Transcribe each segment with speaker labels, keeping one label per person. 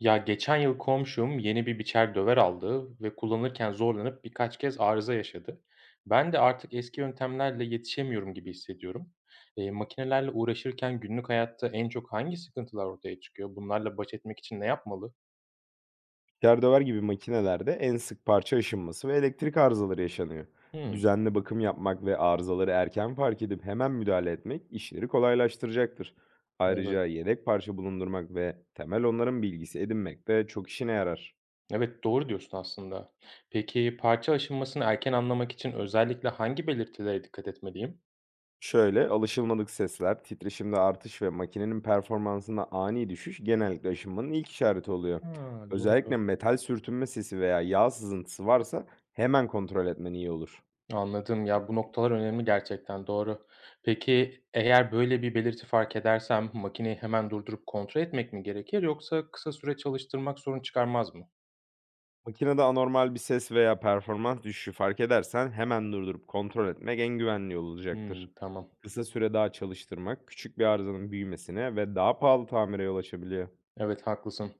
Speaker 1: Ya geçen yıl komşum yeni bir biçer döver aldı ve kullanırken zorlanıp birkaç kez arıza yaşadı. Ben de artık eski yöntemlerle yetişemiyorum gibi hissediyorum. Makinelerle uğraşırken günlük hayatta en çok hangi sıkıntılar ortaya çıkıyor? Bunlarla baş etmek için ne yapmalı?
Speaker 2: Gerdöver gibi makinelerde en sık parça aşınması ve elektrik arızaları yaşanıyor.
Speaker 1: Hmm,
Speaker 2: Düzenli bakım yapmak ve arızaları erken fark edip hemen müdahale etmek işleri kolaylaştıracaktır.
Speaker 1: evet.
Speaker 2: Ayrıca yedek parça bulundurmak ve temel onların bilgisi edinmek de çok işine yarar.
Speaker 1: Evet, doğru diyorsun aslında. Peki parça aşınmasını erken anlamak için özellikle hangi belirtilere dikkat etmeliyim?
Speaker 2: Şöyle alışılmadık sesler, titreşimde artış ve makinenin performansında ani düşüş genellikle aşınmanın ilk işareti oluyor.
Speaker 1: Ha,
Speaker 2: Özellikle
Speaker 1: doğru.
Speaker 2: metal sürtünme sesi veya yağ sızıntısı varsa hemen kontrol etmen iyi olur.
Speaker 1: Anladım. Ya, bu noktalar önemli gerçekten, doğru. Peki, eğer böyle bir belirti fark edersem makineyi hemen durdurup kontrol etmek mi gerekir yoksa kısa süre çalıştırmak sorun çıkarmaz mı?
Speaker 2: Makinede anormal bir ses veya performans düşüşü fark edersen hemen durdurup kontrol etmek en güvenli yol olacaktır.
Speaker 1: Hımm, tamam.
Speaker 2: Kısa süre daha çalıştırmak küçük bir arızanın büyümesine ve daha pahalı tamire yol açabiliyor.
Speaker 1: Evet, haklısın.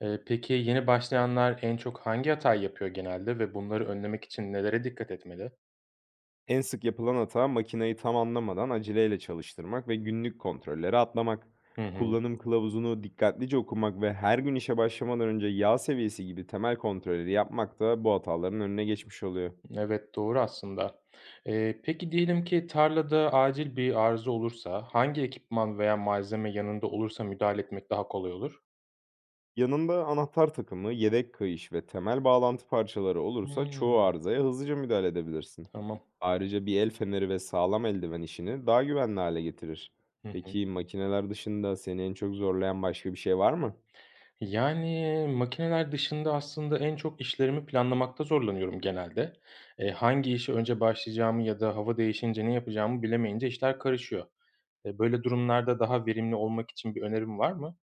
Speaker 1: Peki yeni başlayanlar en çok hangi hatayı yapıyor genelde ve bunları önlemek için nelere dikkat etmeli?
Speaker 2: En sık yapılan hata makineyi tam anlamadan aceleyle çalıştırmak ve günlük kontrolleri atlamak.
Speaker 1: Hı hı.
Speaker 2: Kullanım kılavuzunu dikkatlice okumak ve her gün işe başlamadan önce yağ seviyesi gibi temel kontrolleri yapmak da bu hataların önüne geçmiş oluyor.
Speaker 1: Evet, doğru aslında. Peki diyelim ki tarlada acil bir arıza olursa hangi ekipman veya malzeme yanında olursa müdahale etmek daha kolay olur?
Speaker 2: Yanında anahtar takımı, yedek kayış ve temel bağlantı parçaları olursa çoğu
Speaker 1: Hımm,
Speaker 2: arızaya hızlıca müdahale edebilirsin.
Speaker 1: tamam.
Speaker 2: Ayrıca bir el feneri ve sağlam eldiven işini daha güvenli hale getirir.
Speaker 1: Hı hı.
Speaker 2: Peki makineler dışında seni en çok zorlayan başka bir şey var mı?
Speaker 1: Yani, makineler dışında aslında en çok işlerimi planlamakta zorlanıyorum genelde. Hangi işe önce başlayacağımı ya da hava değişince ne yapacağımı bilemeyince işler karışıyor. Böyle durumlarda daha verimli olmak için bir önerim var mı?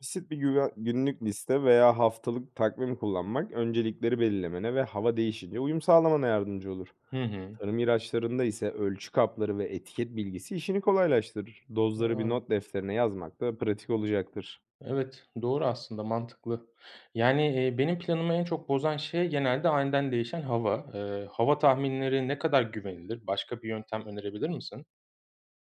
Speaker 2: Basit bir günlük liste veya haftalık takvim kullanmak öncelikleri belirlemene ve hava değişince uyum sağlamana yardımcı olur.
Speaker 1: Hı hı.
Speaker 2: Tarım ilaçlarında ise ölçü kapları ve etiket bilgisi işini kolaylaştırır. Dozları bir
Speaker 1: A!
Speaker 2: not defterine yazmak da pratik olacaktır.
Speaker 1: Evet, doğru aslında, mantıklı. Yani, benim planımı en çok bozan şey genelde aniden değişen hava. Hava tahminleri ne kadar güvenilir? Başka bir yöntem önerebilir misin?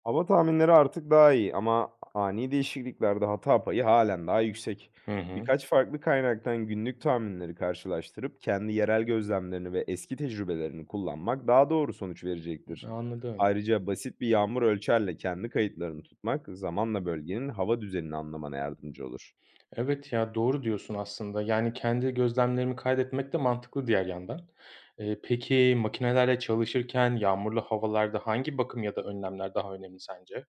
Speaker 2: Hava tahminleri artık daha iyi, ama ani değişikliklerde hata payı halen daha yüksek.
Speaker 1: Hı hı.
Speaker 2: Birkaç farklı kaynaktan günlük tahminleri karşılaştırıp kendi yerel gözlemlerini ve eski tecrübelerini kullanmak daha doğru sonuç verecektir.
Speaker 1: Anladım.
Speaker 2: Ayrıca basit bir yağmur ölçerle kendi kayıtlarını tutmak zamanla bölgenin hava düzenini anlamana yardımcı olur.
Speaker 1: Evet ya, doğru diyorsun aslında. Yani, kendi gözlemlerimi kaydetmek de mantıklı diğer yandan. Peki makinelerle çalışırken yağmurlu havalarda hangi bakım ya da önlemler daha önemli sence?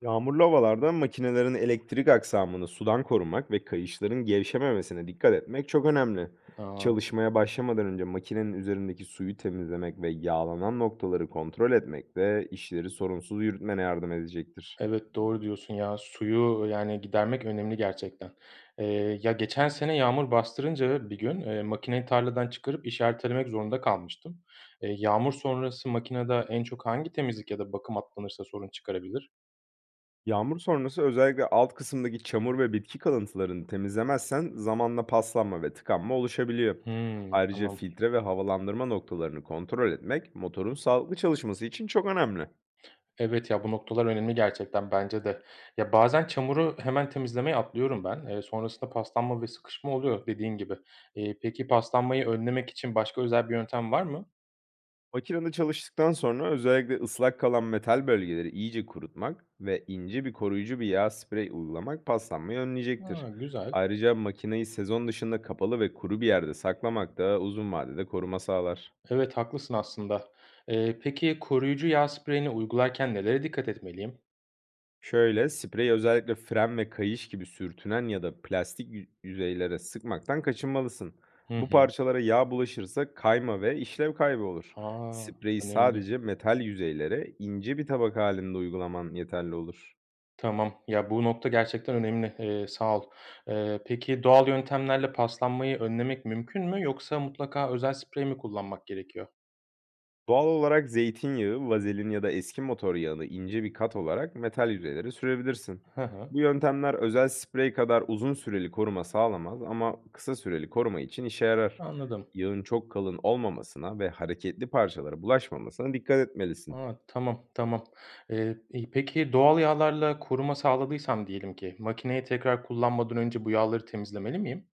Speaker 2: Yağmurlu havalarda makinelerin elektrik aksamını sudan korumak ve kayışların gevşememesine dikkat etmek çok önemli.
Speaker 1: A,
Speaker 2: Çalışmaya başlamadan önce makinenin üzerindeki suyu temizlemek ve yağlanan noktaları kontrol etmek de işleri sorunsuz yürütmene yardım edecektir.
Speaker 1: evet, doğru diyorsun ya. Suyu, yani, gidermek önemli gerçekten. Ya, geçen sene yağmur bastırınca bir gün, makineyi tarladan çıkarıp işaretlemek zorunda kalmıştım. Yağmur sonrası makinede en çok hangi temizlik ya da bakım atlanırsa sorun çıkarabilir?
Speaker 2: Yağmur sonrası özellikle alt kısımdaki çamur ve bitki kalıntılarını temizlemezsen zamanla paslanma ve tıkanma oluşabiliyor.
Speaker 1: Hımm,
Speaker 2: Ayrıca
Speaker 1: tamam.
Speaker 2: filtre ve havalandırma noktalarını kontrol etmek motorun sağlıklı çalışması için çok önemli.
Speaker 1: Evet ya, bu noktalar önemli gerçekten bence de. Ya, bazen çamuru hemen temizlemeye atlıyorum ben. Sonrasında paslanma ve sıkışma oluyor dediğin gibi. Peki paslanmayı önlemek için başka özel bir yöntem var mı?
Speaker 2: Makinede çalıştıktan sonra özellikle ıslak kalan metal bölgeleri iyice kurutmak ve ince bir koruyucu bir yağ sprey uygulamak paslanmayı önleyecektir.
Speaker 1: Ha, güzel.
Speaker 2: Ayrıca makineyi sezon dışında kapalı ve kuru bir yerde saklamak da uzun vadede koruma sağlar.
Speaker 1: Evet, haklısın aslında. Peki koruyucu yağ spreyini uygularken nelere dikkat etmeliyim?
Speaker 2: Şöyle, spreyi özellikle fren ve kayış gibi sürtünen ya da plastik yüzeylere sıkmaktan kaçınmalısın.
Speaker 1: Hı
Speaker 2: Bu
Speaker 1: hı.
Speaker 2: parçalara yağ bulaşırsa kayma ve işlev kaybı olur.
Speaker 1: Aa,
Speaker 2: Spreyi
Speaker 1: önemli.
Speaker 2: sadece metal yüzeylere ince bir tabaka halinde uygulaman yeterli olur.
Speaker 1: Tamam. Ya, bu nokta gerçekten önemli. Sağ ol. Peki doğal yöntemlerle paslanmayı önlemek mümkün mü yoksa mutlaka özel sprey mi kullanmak gerekiyor?
Speaker 2: Doğal olarak zeytinyağı, vazelin ya da eski motor yağını ince bir kat olarak metal yüzeylere sürebilirsin.
Speaker 1: Hı hı.
Speaker 2: Bu yöntemler özel sprey kadar uzun süreli koruma sağlamaz, ama kısa süreli koruma için işe yarar.
Speaker 1: Anladım.
Speaker 2: Yağın çok kalın olmamasına ve hareketli parçalara bulaşmamasına dikkat etmelisin.
Speaker 1: A, tamam, tamam. Peki doğal yağlarla koruma sağladıysam diyelim ki makineyi tekrar kullanmadan önce bu yağları temizlemeli miyim?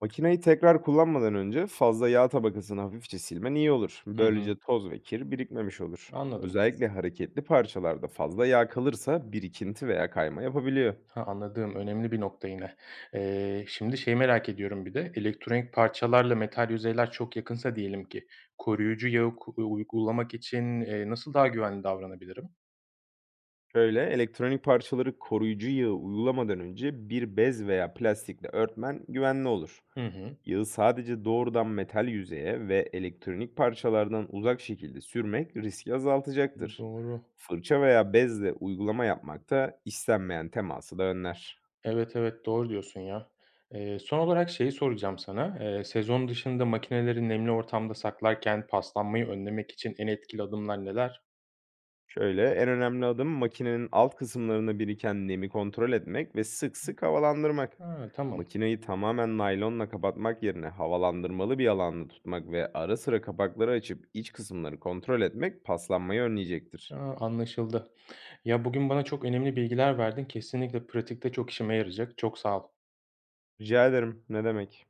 Speaker 2: Makineyi tekrar kullanmadan önce fazla yağ tabakasını hafifçe silmen iyi olur.
Speaker 1: Hı hı.
Speaker 2: Böylece toz ve kir birikmemiş olur.
Speaker 1: Anladım.
Speaker 2: Özellikle hareketli parçalarda fazla yağ kalırsa birikinti veya kayma yapabiliyor.
Speaker 1: Ha, anladım. Önemli bir nokta yine. Şimdi şey merak ediyorum bir de elektronik parçalarla metal yüzeyler çok yakınsa diyelim ki koruyucu yağı uygulamak için, nasıl daha güvenli davranabilirim?
Speaker 2: Şöyle, elektronik parçaları koruyucu yağı uygulamadan önce bir bez veya plastikle örtmen güvenli olur.
Speaker 1: Hı hı.
Speaker 2: Yağı sadece doğrudan metal yüzeye ve elektronik parçalardan uzak şekilde sürmek riski azaltacaktır.
Speaker 1: Doğru.
Speaker 2: Fırça veya bezle uygulama yapmak da istenmeyen teması da önler.
Speaker 1: Evet, evet, doğru diyorsun ya. Son olarak şeyi soracağım sana. Sezon dışında makineleri nemli ortamda saklarken paslanmayı önlemek için en etkili adımlar neler?
Speaker 2: Şöyle, en önemli adım makinenin alt kısımlarında biriken nemi kontrol etmek ve sık sık havalandırmak.
Speaker 1: Ha, tamam.
Speaker 2: Makineyi tamamen naylonla kapatmak yerine havalandırmalı bir alanda tutmak ve ara sıra kapakları açıp iç kısımları kontrol etmek paslanmayı önleyecektir.
Speaker 1: A, anlaşıldı. Ya bugün bana çok önemli bilgiler verdin. Kesinlikle pratikte çok işime yarayacak. Çok sağ ol.
Speaker 2: Rica ederim, ne demek?